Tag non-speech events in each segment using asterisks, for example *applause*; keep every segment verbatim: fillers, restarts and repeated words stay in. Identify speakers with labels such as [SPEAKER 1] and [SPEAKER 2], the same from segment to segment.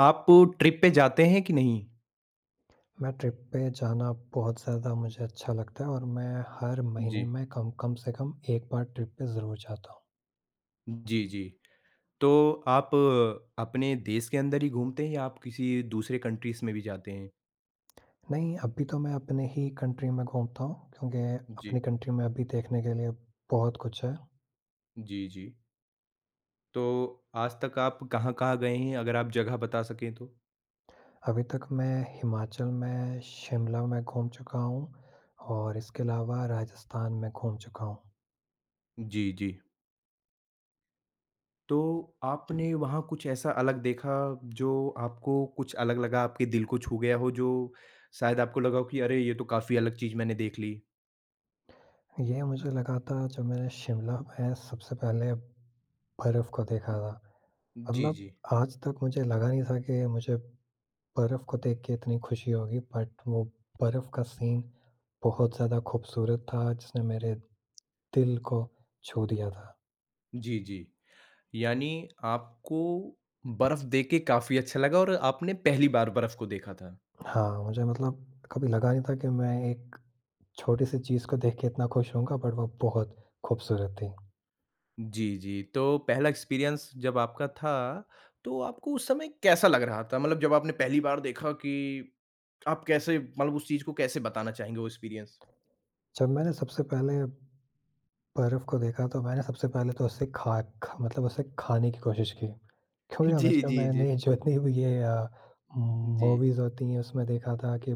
[SPEAKER 1] आप ट्रिप पे जाते हैं कि नहीं?
[SPEAKER 2] मैं ट्रिप पे जाना बहुत ज़्यादा मुझे अच्छा लगता है और मैं हर महीने
[SPEAKER 1] जी।
[SPEAKER 2] में कम कम से कम एक बार ट्रिप पे ज़रूर जाता हूँ।
[SPEAKER 1] जी, जी। तो आप अ, अपने देश के अंदर ही घूमते हैं या आप किसी दूसरे कंट्रीज़ में भी जाते हैं?
[SPEAKER 2] नहीं, अभी तो मैं अपने ही कंट्री में घूमता हूँ क्योंकि
[SPEAKER 1] जी।
[SPEAKER 2] अपनी कंट्री में अभी देखने के लिए बहुत कुछ है।
[SPEAKER 1] जी, जी। तो आज तक आप कहाँ-कहाँ गए हैं अगर आप जगह बता सकें तो?
[SPEAKER 2] अभी तक मैं हिमाचल में, शिमला में घूम चुका हूँ और इसके अलावा राजस्थान में घूम चुका हूँ।
[SPEAKER 1] जी, जी। तो आपने वहाँ कुछ ऐसा अलग देखा जो आपको कुछ अलग लगा, आपके दिल को छू गया हो जो शायद आपको लगा हो कि अरे! ये तो काफ़ी अलग चीज़ मैंने देख ली?
[SPEAKER 2] ये मुझे लगा था जब मैंने शिमला में सबसे पहले बर्फ़ को देखा था।
[SPEAKER 1] जी, जी।
[SPEAKER 2] मतलब आज तक मुझे लगा नहीं था कि मुझे बर्फ़ को देख के इतनी खुशी होगी, बट वो बर्फ़ का सीन बहुत ज़्यादा खूबसूरत था जिसने मेरे दिल को छू दिया था।
[SPEAKER 1] जी, जी। यानी आपको बर्फ़ देख के काफ़ी अच्छा लगा और आपने पहली बार बर्फ़ को देखा था।
[SPEAKER 2] हाँ, मुझे मतलब कभी लगा नहीं था कि मैं एक छोटी-सी चीज़ को देख के इतना खुश होऊँगा, बट वो बहुत खूबसूरत थी।
[SPEAKER 1] जी, जी। तो पहला एक्सपीरियंस जब आपका था, तो आपको उस समय कैसा लग रहा था? मतलब जब आपने पहली बार देखा कि आप कैसे मतलब उस चीज़ को कैसे बताना चाहेंगे वो एक्सपीरियंस?
[SPEAKER 2] जब मैंने सबसे पहले बर्फ़ को देखा तो मैंने सबसे पहले तो उसे खा ख मतलब उसे खाने की कोशिश की, क्योंकि
[SPEAKER 1] *laughs* जी,
[SPEAKER 2] हमेशा
[SPEAKER 1] जी, जी।
[SPEAKER 2] मैंने जितनी भी ये अ,
[SPEAKER 1] जी।
[SPEAKER 2] मूवीज़ होती हैं उसमें देखा था कि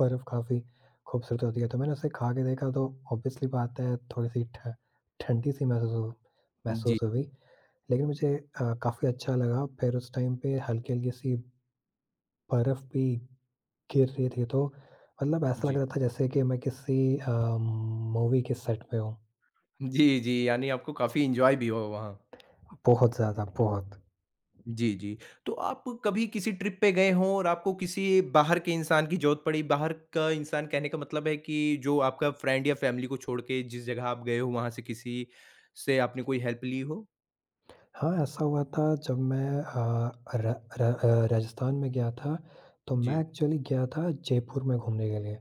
[SPEAKER 2] बर्फ काफ़ी खूबसूरत होती है, तो मैंने उसे खा के देखा तो ऑब्वियसली बात है थोड़ी-सी ठ ठंडी-सी महसूस हो
[SPEAKER 1] जी,
[SPEAKER 2] महसूस
[SPEAKER 1] जी।
[SPEAKER 2] हुई, लेकिन मुझे अ, काफ़ी अच्छा लगा। फिर उस टाइम पे हल्की-हल्की सी बर्फ भी गिर रही थी तो मतलब ऐसा लग
[SPEAKER 1] जी।
[SPEAKER 2] रहा था जैसे कि मैं किसी अ, मूवी के सेट पे हूँ।
[SPEAKER 1] जी, जी, यानी आपको काफ़ी एन्जॉय भी हुआ वहाँ।
[SPEAKER 2] बहुत ज़्यादा, बहुत।
[SPEAKER 1] जी, जी। तो आप कभी किसी ट्रिप पे गए हों और आपको किसी बाहर के इंसान की ज़रूरत पड़ी, बाहर का इंसान कहने का मतलब है कि जो आपका फ्रेंड या फैमिली को छोड़ के जिस जगह आप गए हो वहाँ से किसी से आपने कोई हेल्प ली हो?
[SPEAKER 2] हाँ, ऐसा हुआ था जब मैं अ, र र अ, राजस्थान में गया था, तो
[SPEAKER 1] जी,
[SPEAKER 2] मैं एक्चुअली गया था जयपुर में घूमने के लिए।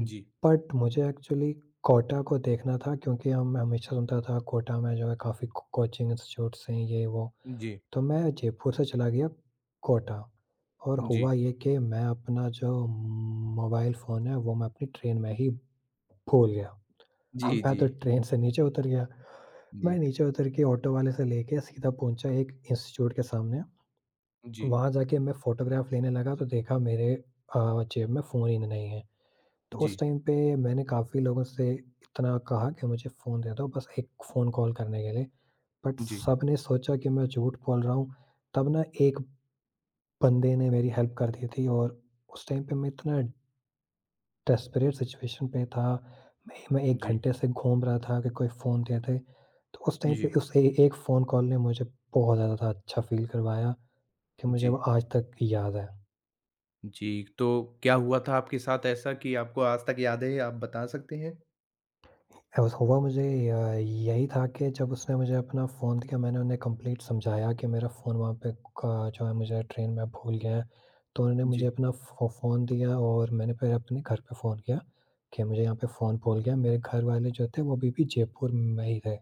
[SPEAKER 1] जी,
[SPEAKER 2] बट मुझे एक्चुअली कोटा को देखना था क्योंकि हम मैं हमेशा सुनता था कोटा में जो है काफ़ी को कोचिंग इंस्टीट्यूट्स हैं ये वो।
[SPEAKER 1] जी,
[SPEAKER 2] तो मैं जयपुर से चला गया कोटा, और
[SPEAKER 1] जी,
[SPEAKER 2] हुआ ये कि मैं अपना जो मोबाइल फ़ोन है वो मैं अपनी ट्रेन में ही भूल गया।
[SPEAKER 1] जी,
[SPEAKER 2] अब
[SPEAKER 1] जी,
[SPEAKER 2] मैं
[SPEAKER 1] जी,
[SPEAKER 2] तो ट्रेन से नीचे उतर गया।
[SPEAKER 1] जी,
[SPEAKER 2] मैं नीचे उतर के ऑटो वाले से लेके सीधा पहुँचा एक इंस्टीट्यूट के सामने।
[SPEAKER 1] जी,
[SPEAKER 2] वहाँ जाके मैं फ़ोटोग्राफ लेने लगा तो देखा मेरे अ, जेब में फ़ोन ही नहीं है। तो उस
[SPEAKER 1] जी,
[SPEAKER 2] टाइम पे मैंने काफ़ी लोगों से इतना कहा कि मुझे फ़ोन दे दो बस एक फ़ोन कॉल करने के लिए, बट सबने सोचा कि मैं झूठ बोल रहा हूँ। तब ना एक बंदे ने मेरी हेल्प कर दी थी, और उस टाइम पे मैं इतना डेस्परेट सिचुएशन पे था। मैं मैं एक
[SPEAKER 1] जी,
[SPEAKER 2] घंटे से घूम रहा था कि कोई फ़ोन दे दे। तो उस टाइम
[SPEAKER 1] जी,
[SPEAKER 2] पे उस ए एक फ़ोन कॉल ने मुझे बहुत ज़्यादा अच्छा फ़ील करवाया कि मुझे वो
[SPEAKER 1] जी,
[SPEAKER 2] आज तक याद है।
[SPEAKER 1] जी। तो क्या हुआ था आपके साथ ऐसा कि आपको आज तक याद है, आप बता सकते हैं?
[SPEAKER 2] अ, बस हुआ मुझे अ, यही था कि जब उसने मुझे अपना फ़ोन दिया, मैंने उन्हें कंप्लीट समझाया कि मेरा फ़ोन वहाँ पे क जो है मुझे ट्रेन में भूल गया है। तो उन्होंने मुझे
[SPEAKER 1] जी,
[SPEAKER 2] अपना फ़ो फ़ोन दिया, और मैंने फिर अपने घर पे फ़ोन किया कि मुझे यहाँ पे फ़ोन भूल गया। मेरे घर वाले जो थे वो अभी भी जयपुर में ही थे।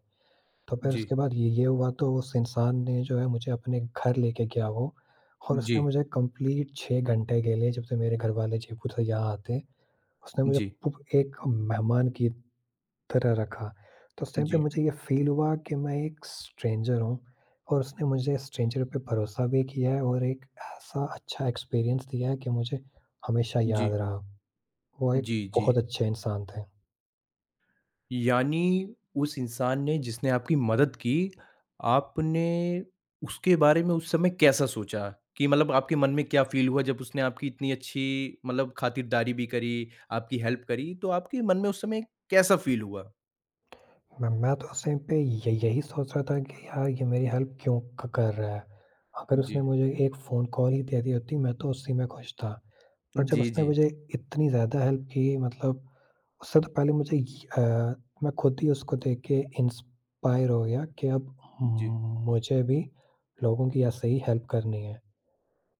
[SPEAKER 2] तो फिर
[SPEAKER 1] जी,
[SPEAKER 2] उसके बाद ये ये हुआ तो उस इंसान ने जो है मुझे अपने घर लेके गया वो, और
[SPEAKER 1] जी,
[SPEAKER 2] उसने मुझे कंप्लीट छह घंटे के लिए, जब से मेरे घर वाले जयपुर से यहाँ आते, उसने मुझे
[SPEAKER 1] जी,
[SPEAKER 2] पुप एक मेहमान की तरह रखा। तो उस टाइम पे
[SPEAKER 1] जी,
[SPEAKER 2] मुझे ये फ़ील हुआ कि मैं एक स्ट्रेंजर हूँ, और उसने मुझे स्ट्रेंजर पे भरोसा भी किया है और एक ऐसा अच्छा एक्सपीरियंस दिया है कि मुझे हमेशा
[SPEAKER 1] जी,
[SPEAKER 2] याद रहा। वो एक
[SPEAKER 1] जी, जी।
[SPEAKER 2] बहुत अच्छे इंसान थे।
[SPEAKER 1] यानी उस इंसान ने जिसने आपकी मदद की, आपने उसके बारे में उस समय कैसा सोचा? कि मतलब आपके मन में क्या फ़ील हुआ जब उसने आपकी इतनी अच्छी मतलब खातिरदारी भी करी, आपकी हेल्प करी, तो आपके मन में उस समय कैसा फ़ील हुआ?
[SPEAKER 2] मैं मैं तो उस टाइम पे य यही सोच रहा था कि यार ये मेरी हेल्प क्यों क कर रहा है? अगर
[SPEAKER 1] जी।
[SPEAKER 2] उसने मुझे एक फ़ोन कॉल ही दे दी होती, मैं तो उसी में खुश था। पर जब
[SPEAKER 1] जी,
[SPEAKER 2] उसने
[SPEAKER 1] जी।
[SPEAKER 2] मुझे इतनी ज़्यादा हेल्प की, मतलब उससे तो पहले मुझे य अ, मैं खुद ही उसको देख के इंस्पायर हो गया कि अब
[SPEAKER 1] जी।
[SPEAKER 2] मुझे भी लोगों की ऐसे ही हेल्प करनी है।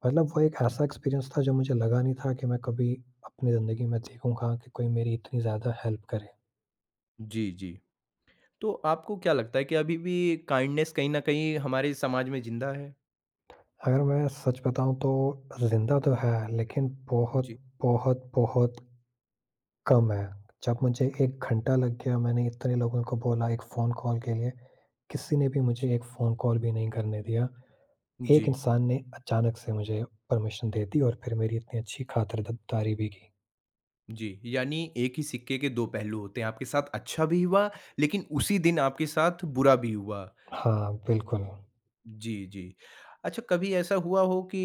[SPEAKER 2] मतलब वो एक ऐसा एक्सपीरियंस था जो मुझे लगा नहीं था कि मैं कभी अपनी ज़िंदगी में देखूँगा कि कोई मेरी इतनी ज़्यादा हेल्प करे।
[SPEAKER 1] जी, जी। तो आपको क्या लगता है कि अभी भी काइंडनेस कहीं न कहीं हमारे समाज में ज़िंदा है?
[SPEAKER 2] अगर मैं सच बताऊँ तो ज़िंदा तो है, लेकिन
[SPEAKER 1] जी।
[SPEAKER 2] बहुत, बहुत, बहुत कम है। जब मुझे एक घंटा लग गया, मैंने इतने लोगों को बोला एक फ़ोन कॉल के लिए, किसी ने भी
[SPEAKER 1] जी।
[SPEAKER 2] मुझे एक फ़ोन कॉल भी नहीं करने दिया।
[SPEAKER 1] जी।
[SPEAKER 2] एक इंसान ने अचानक से मुझे परमिशन दे दी, और फिर मेरी इतनी अच्छी खातिरदारी भी की।
[SPEAKER 1] जी, यानी एक ही सिक्के के दो पहलू होते हैं, आपके साथ अच्छा भी हुआ लेकिन उसी दिन आपके साथ बुरा भी हुआ।
[SPEAKER 2] हाँ, बिल्कुल।
[SPEAKER 1] जी, जी। अच्छा कभी ऐसा हुआ हो कि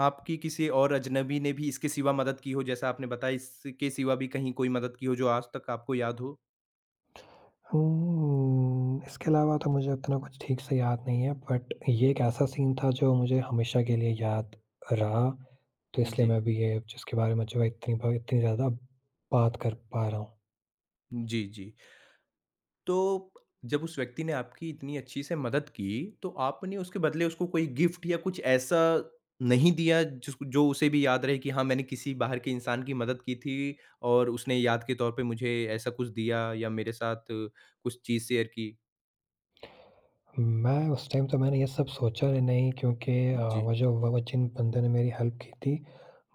[SPEAKER 1] आपकी किसी और अजनबी ने भी इसके सिवा मदद की हो जैसा आपने बताया इसके सिवा भी कहीं कोई मदद की हो जो आज तक आपको याद हो?
[SPEAKER 2] हुँ, इसके अलावा तो मुझे उतना कुछ ठीक से याद नहीं है, बट ये एक ऐसा सीन था जो मुझे हमेशा के लिए याद रहा, तो इसलिए
[SPEAKER 1] जी।
[SPEAKER 2] मैं अभी ये जिसके बारे में जो है इतनी ब इतनी ज़्यादा बात कर पा रहा हूँ।
[SPEAKER 1] जी, जी। तो जब उस व्यक्ति ने आपकी इतनी अच्छी से मदद की, तो आपने उसके बदले उसको कोई गिफ्ट या कुछ ऐसा नहीं दिया जिस जो उसे भी याद रहे कि हाँ, मैंने किसी बाहर के इंसान की मदद की थी और उसने याद के तौर पे मुझे ऐसा कुछ दिया या मेरे साथ कुछ चीज़ शेयर की?
[SPEAKER 2] मैं उस टाइम तो मैंने ये सब सोचा नहीं, क्योंकि अ,
[SPEAKER 1] जी।
[SPEAKER 2] वो जो वो जिन बंदे ने मेरी हेल्प की थी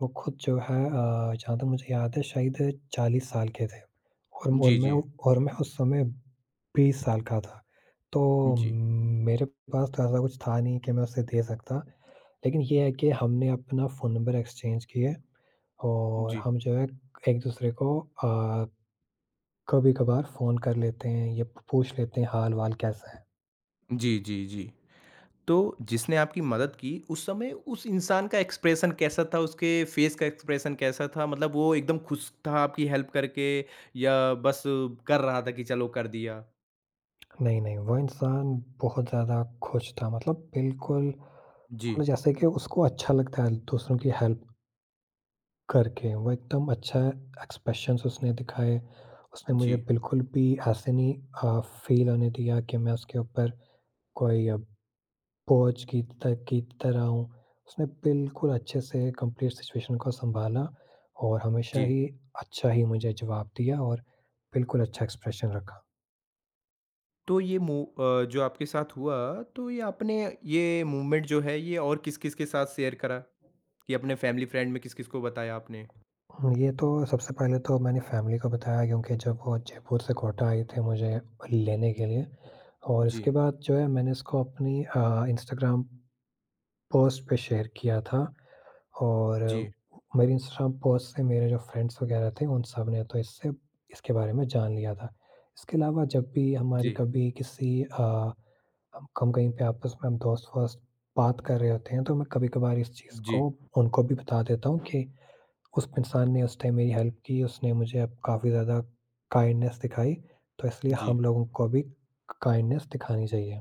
[SPEAKER 2] वो खुद जो है अ, जहाँ तक मुझे याद है शायद चालीस साल के थे, और और
[SPEAKER 1] जी,
[SPEAKER 2] मैं
[SPEAKER 1] जी।
[SPEAKER 2] उ- और मैं उस समय बीस साल का था। तो
[SPEAKER 1] जी।
[SPEAKER 2] मेरे पास तो ऐसा कुछ था नहीं कि मैं उसे दे सकता। लेकिन ये है कि हमने अपना फ़ोन नंबर एक्सचेंज किए, और
[SPEAKER 1] जी।
[SPEAKER 2] हम जो है एक-दूसरे को अ, कभी-कभार फ़ोन कर लेते हैं, ये पूछ लेते हैं हाल-वाल कैसा है।
[SPEAKER 1] जी, जी, जी। तो जिसने आपकी मदद की, उस समय उस इंसान का एक्सप्रेशन कैसा था? उसके फेस का एक्सप्रेशन कैसा था? मतलब वो एकदम खुश था आपकी हेल्प करके या बस कर रहा था कि चलो कर दिया?
[SPEAKER 2] नहीं, नहीं, वो इंसान बहुत ज़्यादा खुश था, मतलब बिल्कुल,
[SPEAKER 1] जी,
[SPEAKER 2] मतलब जैसे कि उसको अच्छा लगता है दूसरों की हेल्प करके, वो एकदम अच्छा एक्सप्रेशंस उसने दिखाए। उसने मुझे
[SPEAKER 1] जी,
[SPEAKER 2] बिल्कुल भी ऐसे नहीं अ, फ़ील होने दिया कि मैं उसके ऊपर कोई अ, बोझ की त की तरह हूँ। उसने बिल्कुल अच्छे से कंप्लीट सिचुएशन को सँभाला, और हमेशा
[SPEAKER 1] जी।
[SPEAKER 2] ही अच्छा ही मुझे जवाब दिया और बिल्कुल अच्छा एक्सप्रेशन रखा।
[SPEAKER 1] तो ये मू अ, जो आपके साथ हुआ, तो ये आपने ये मूवमेंट जो है, ये और किस-किस के साथ शेयर करा? कि अपने फैमिली फ्रेंड में किस-किस को बताया आपने?
[SPEAKER 2] हुँ, ये तो सबसे पहले तो मैंने फ़ैमिली को बताया, क्योंकि जब वो जयपुर से कोटा आए थे मुझे लेने के लिए। और
[SPEAKER 1] जी,
[SPEAKER 2] इसके बाद जो है मैंने इसको अपनी अ, इंस्टाग्राम पोस्ट पे शेयर किया था, और
[SPEAKER 1] जी।
[SPEAKER 2] मेरी इंस्टाग्राम पोस्ट से मेरे जो फ्रेंड्स वगैरह थे उन सब ने तो इससे इसके बारे में जान लिया था। इसके अलावा जब भी हमारी
[SPEAKER 1] जी।
[SPEAKER 2] कभी किसी अ, हम हम कहीं पे आपस में हम दोस्त-वोस्त बात कर रहे होते हैं तो मैं कभी-कभार इस चीज़ को
[SPEAKER 1] जी,
[SPEAKER 2] उनको भी बता देता हूँ कि उस इंसान ने उस टाइम मेरी हेल्प की, उसने मुझे अब काफ़ी ज़्यादा काइंडनेस दिखाई, तो इसलिए
[SPEAKER 1] जी।
[SPEAKER 2] हम लोगों को भी काइंडनेस दिखानी चाहिए।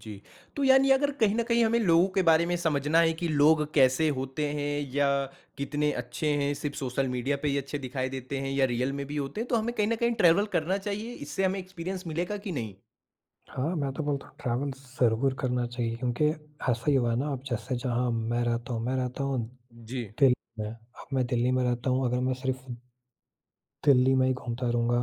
[SPEAKER 1] जी। तो यानी अगर कहीं न कहीं हमें लोगों के बारे में समझना है कि लोग कैसे होते हैं या कितने अच्छे हैं, सिर्फ़ सोशल मीडिया पे ही अच्छे दिखाई देते हैं या रियल में भी होते हैं, तो हमें कहीं न कहीं ट्रैवल करना चाहिए, इससे हमें एक्सपीरियंस मिलेगा कि नहीं?
[SPEAKER 2] हाँ, मैं तो बोलता हूँ ट्रैवल ज़रूर करना चाहिए, क्योंकि ऐसा ही हुआ ना। अब जैसे जहाँ मैं रहता हूँ, मैं रहता हूँ
[SPEAKER 1] जी।
[SPEAKER 2] दिल्ली में। अब मैं दिल्ली में रहता हूँ, अगर मैं सिर्फ़ दिल्ली में ही घूमता रहूँगा,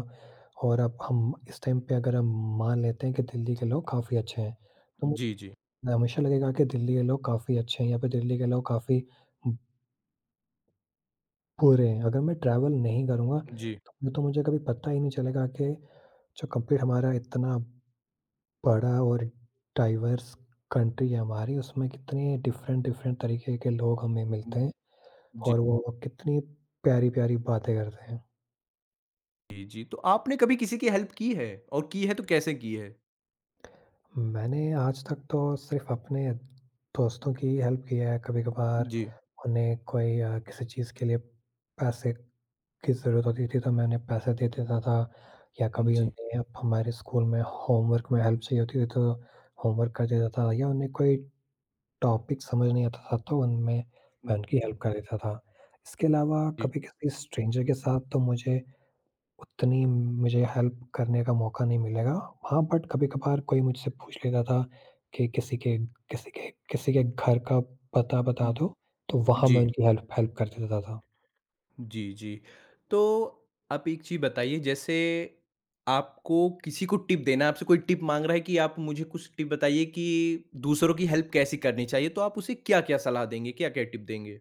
[SPEAKER 2] और अब हम इस टाइम पे अगर हम मान लेते हैं कि दिल्ली के लोग काफ़ी अच्छे हैं, तो
[SPEAKER 1] जी, जी।
[SPEAKER 2] मुझे हमेशा लगेगा कि दिल्ली के लोग काफ़ी अच्छे हैं या फिर दिल्ली के लोग काफ़ी बुरे हैं। अगर मैं ट्रैवल नहीं करूँगा
[SPEAKER 1] जी।
[SPEAKER 2] तो तो मुझे कभी पता ही नहीं चलेगा कि जो कंप्लीट हमारा इतना बड़ा और डाइवर्स कंट्री है हमारी, उसमें कितने डिफ़रेंट डिफ़रेंट तरीके के लोग हमें मिलते
[SPEAKER 1] उम,
[SPEAKER 2] हैं
[SPEAKER 1] जी,
[SPEAKER 2] और वो कितनी प्यारी-प्यारी बातें करते हैं।
[SPEAKER 1] जी। तो आपने कभी किसी की हेल्प की है? और की है तो कैसे की है?
[SPEAKER 2] मैंने आज तक तो सिर्फ़ अपने दोस्तों की हेल्प किया है। कभी-कभार
[SPEAKER 1] जी।
[SPEAKER 2] उन्हें कोई अ, किसी चीज़ के लिए पैसे की ज़रूरत होती थी, तो मैं उन्हें पैसे दे देता था, या कभी
[SPEAKER 1] जी।
[SPEAKER 2] उन्हें अब हमारे स्कूल में होमवर्क में हेल्प चाहिए होती थी, तो होमवर्क कर देता था, या उन्हें कोई टॉपिक समझ नहीं आता था तो उनमें मैं उनकी हेल्प कर देता था। इसके अलावा
[SPEAKER 1] जी।
[SPEAKER 2] कभी किसी स्ट्रेंजर के साथ तो मुझे उतनी मुझे हेल्प करने का मौका नहीं मिलेगा। हाँ, बट कभी-कभार कोई मुझसे पूछ लेता था कि किसी के किसी के किसी के घर का पता बता
[SPEAKER 1] उम,
[SPEAKER 2] दो, तो वहाँ मैं
[SPEAKER 1] जी।
[SPEAKER 2] उनकी हेल्प हेल्प कर देता था।
[SPEAKER 1] जी, जी। तो आप एक चीज़ बताइए जैसे आपको किसी को टिप देना है, आपसे कोई टिप माँग रहा है कि आप मुझे कुछ टिप बताइए कि दूसरों की हेल्प कैसे करनी चाहिए, तो आप उसे क्या-क्या सलाह देंगे? क्या-क्या टिप देंगे?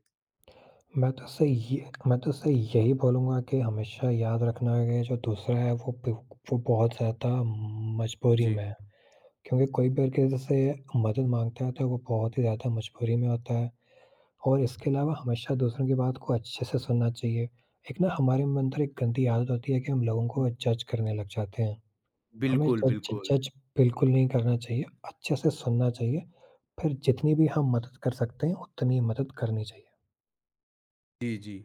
[SPEAKER 2] मैं तो उससे ये मैं तो उससे यही बोलूँगा कि हमेशा याद रखना कि जो दूसरा है वो ब वो बहुत ज़्यादा मजबूरी
[SPEAKER 1] जी।
[SPEAKER 2] में है। क्योंकि कोई भी अगर किसी से मदद माँगता है तो वो बहुत ही ज़्यादा मजबूरी में होता है, और इसके अलावा हमेशा दूसरों की बात को अच्छे से सुनना चाहिए। एक ना हमारे में अंदर एक गंदी आदत होती है कि हम लोगों को जज करने लग जाते हैं। हमें
[SPEAKER 1] बिल्कुल,
[SPEAKER 2] जज
[SPEAKER 1] बिल्कुल।
[SPEAKER 2] जज बिल्कुल नहीं करना चाहिए, अच्छे से सुनना चाहिए, फिर जितनी भी हम मदद कर सकते हैं उतनी मदद करनी चाहिए।
[SPEAKER 1] जी, जी।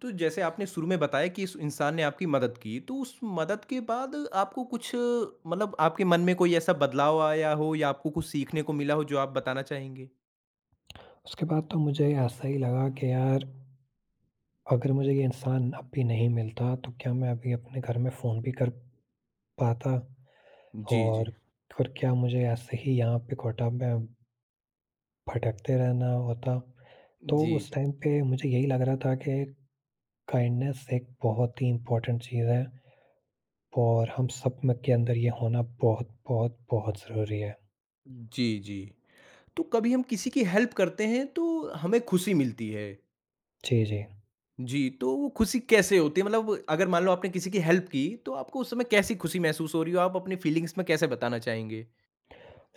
[SPEAKER 1] तो जैसे आपने शुरू में बताया कि इस इंसान ने आपकी मदद की, तो उस मदद के बाद आपको कुछ मतलब आपके मन में कोई ऐसा बदलाव आया हो या आपको कुछ सीखने को मिला हो जो आप बताना चाहेंगे?
[SPEAKER 2] उसके बाद तो मुझे ऐसा ही लगा कि यार अगर मुझे ये इंसान अब भी नहीं मिलता तो क्या मैं अभी अपने घर में फ़ोन भी कर पाता?
[SPEAKER 1] जी, जी।
[SPEAKER 2] और फिर क्या मुझे ऐसे ही यहाँ पे कोटा में भटकते रहना होता? तो
[SPEAKER 1] जी,
[SPEAKER 2] उस
[SPEAKER 1] जी।
[SPEAKER 2] टाइम पे मुझे यही लग रहा था कि काइंडनेस एक बहुत ही इम्पोर्टेंट चीज़ है, और हम सब में के अंदर ये होना बहुत, बहुत, बहुत ज़रूरी है।
[SPEAKER 1] जी, जी। तो कभी हम किसी की हेल्प करते हैं तो हमें खुशी मिलती है।
[SPEAKER 2] जी, जी।
[SPEAKER 1] जी, तो वो खुशी कैसे होती है? मतलब अगर मान लो आपने किसी की हेल्प की तो आपको उस समय कैसी खुशी महसूस हो रही हो, आप अपनी फीलिंग्स में कैसे बताना चाहेंगे?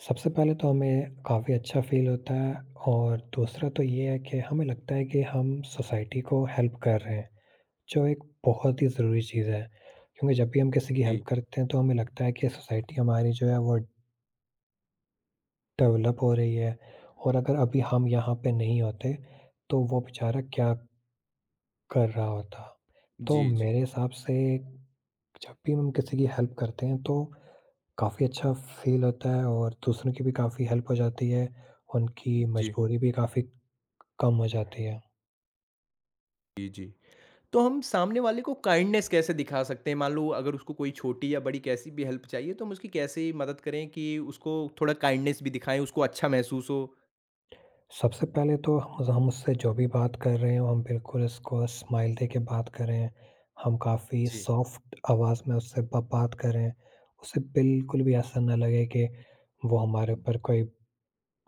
[SPEAKER 2] सबसे पहले तो हमें काफ़ी अच्छा फ़ील होता है, और दूसरा तो ये है कि हमें लगता है कि हम सोसाइटी को हेल्प कर रहे हैं, जो एक बहुत ही ज़रूरी चीज़ है। क्योंकि जब भी हम किसी की
[SPEAKER 1] जी,
[SPEAKER 2] हेल्प करते हैं तो हमें लगता है कि सोसाइटी हमारी जो है वो डेवलप हो रही है, और अगर अभी हम यहाँ पे नहीं होते, तो वो बेचारा क्या कर रहा होता। तो
[SPEAKER 1] जी।
[SPEAKER 2] मेरे
[SPEAKER 1] जी,
[SPEAKER 2] हिसाब से जब भी हम किसी की हेल्प करते हैं तो काफ़ी अच्छा फ़ील होता है, और दूसरों की भी काफ़ी हेल्प हो जाती है, उनकी
[SPEAKER 1] जी।
[SPEAKER 2] मजबूरी भी काफ़ी कम हो जाती है।
[SPEAKER 1] जी, जी। तो हम सामने वाले को काइंडनेस कैसे दिखा सकते हैं? मान लो अगर उसको कोई छोटी या बड़ी कैसी भी हेल्प चाहिए तो हम उसकी कैसे मदद करें कि उसको थोड़ा काइंडनेस भी दिखाएं, उसको अच्छा महसूस हो।
[SPEAKER 2] सबसे पहले तो हम हम उससे जो भी बात कर रहे हो, हम बिल्कुल उसको स्माइल देके बात कर रहे हैं। हम काफ़ी
[SPEAKER 1] जी।
[SPEAKER 2] सॉफ्ट आवाज़ में उससे ब बात कर रहे हैं। उसे बिल्कुल भी ऐसा ना लगे कि वो हमारे ऊपर कोई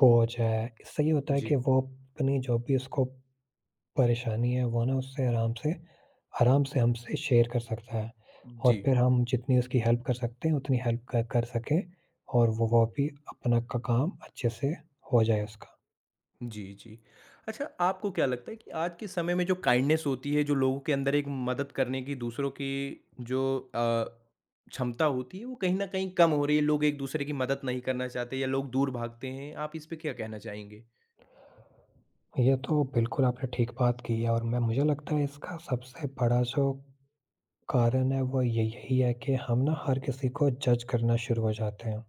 [SPEAKER 2] बोझ है। इससे ये होता है
[SPEAKER 1] जी।
[SPEAKER 2] कि वो अपनी जो भी उसको परेशानी है, वो ना उससे आराम से आराम से हमसे शेयर कर सकता है। और
[SPEAKER 1] जी।
[SPEAKER 2] फिर हम जितनी उसकी हेल्प कर सकते हैं, उतनी हेल्प क कर सकें, और वो वो भी अपना क काम अच्छे से हो जाए उसका।
[SPEAKER 1] जी, जी। अच्छा आपको क्या लगता है कि आज के समय में जो काइंडनेस होती है, जो लोगों के अंदर एक मदद करने की दूसरों की जो अ, क्षमता होती है वो कहीं न कहीं कम हो रही है, लोग एक-दूसरे की मदद नहीं करना चाहते या लोग दूर भागते हैं, आप इस पे क्या कहना चाहेंगे?
[SPEAKER 2] ये तो बिल्कुल आपने ठीक बात की है, और मैं मुझे लगता है इसका सबसे बड़ा जो कारण है वो ये यही है कि हम ना हर किसी को जज करना शुरू हो जाते हैं।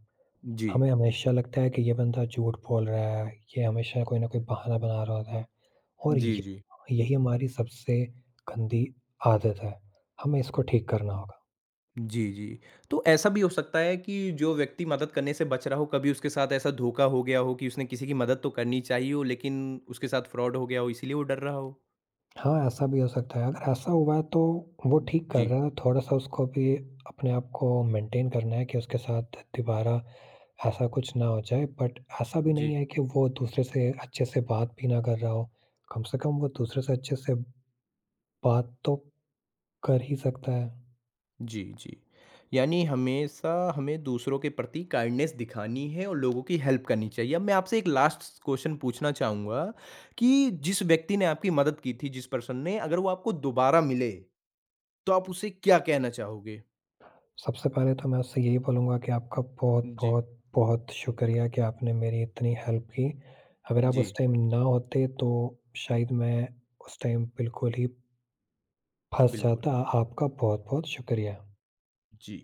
[SPEAKER 1] जी।
[SPEAKER 2] हमें हमेशा लगता है कि ये बंदा झूठ बोल रहा है, ये हमेशा कोई न कोई बहाना बना रहा होता है, और
[SPEAKER 1] जी,
[SPEAKER 2] ये
[SPEAKER 1] जी।
[SPEAKER 2] यही हमारी सबसे गंदी आदत है। हमें इसको ठीक करना होगा।
[SPEAKER 1] जी, जी। तो ऐसा भी हो सकता है कि जो व्यक्ति मदद करने से बच रहा हो, कभी उसके साथ ऐसा धोखा हो गया हो कि उसने किसी की मदद तो करनी चाहिए हो लेकिन उसके साथ फ्रॉड हो गया हो, इसीलिए वो डर रहा हो?
[SPEAKER 2] हाँ, ऐसा भी हो सकता है। अगर ऐसा हुआ है तो वो ठीक कर
[SPEAKER 1] जी,
[SPEAKER 2] रहा है, थोड़ा-सा उसको भी अपने आप को मेंटेन करना है कि उसके साथ दोबारा ऐसा कुछ ना हो जाए। बट ऐसा भी नहीं
[SPEAKER 1] जी।
[SPEAKER 2] है कि वो दूसरे से अच्छे से बात भी ना कर रहा हो। कम से कम वो दूसरे से अच्छे से बात तो कर ही सकता है।
[SPEAKER 1] जी, जी। यानी हमेशा हमें दूसरों के प्रति काइंडनेस दिखानी है और लोगों की हेल्प करनी चाहिए। अब मैं आपसे एक लास्ट क्वेश्चन पूछना चाहूँगा कि जिस व्यक्ति ने आपकी मदद की थी, जिस पर्सन ने, अगर वो आपको दोबारा मिले, तो आप उसे क्या कहना चाहोगे?
[SPEAKER 2] सबसे पहले तो मैं उससे यही बोलूँगा कि आपका बहुत-बहुत,
[SPEAKER 1] जी।
[SPEAKER 2] बहुत बहुत शुक्रिया कि आपने मेरी इतनी हेल्प की। अगर आप
[SPEAKER 1] जी,
[SPEAKER 2] उस टाइम ना होते तो शायद मैं उस टाइम बिल्कुल ही फँस
[SPEAKER 1] बिल्कुल।
[SPEAKER 2] जाता। आपका बहुत-बहुत शुक्रिया।
[SPEAKER 1] जी।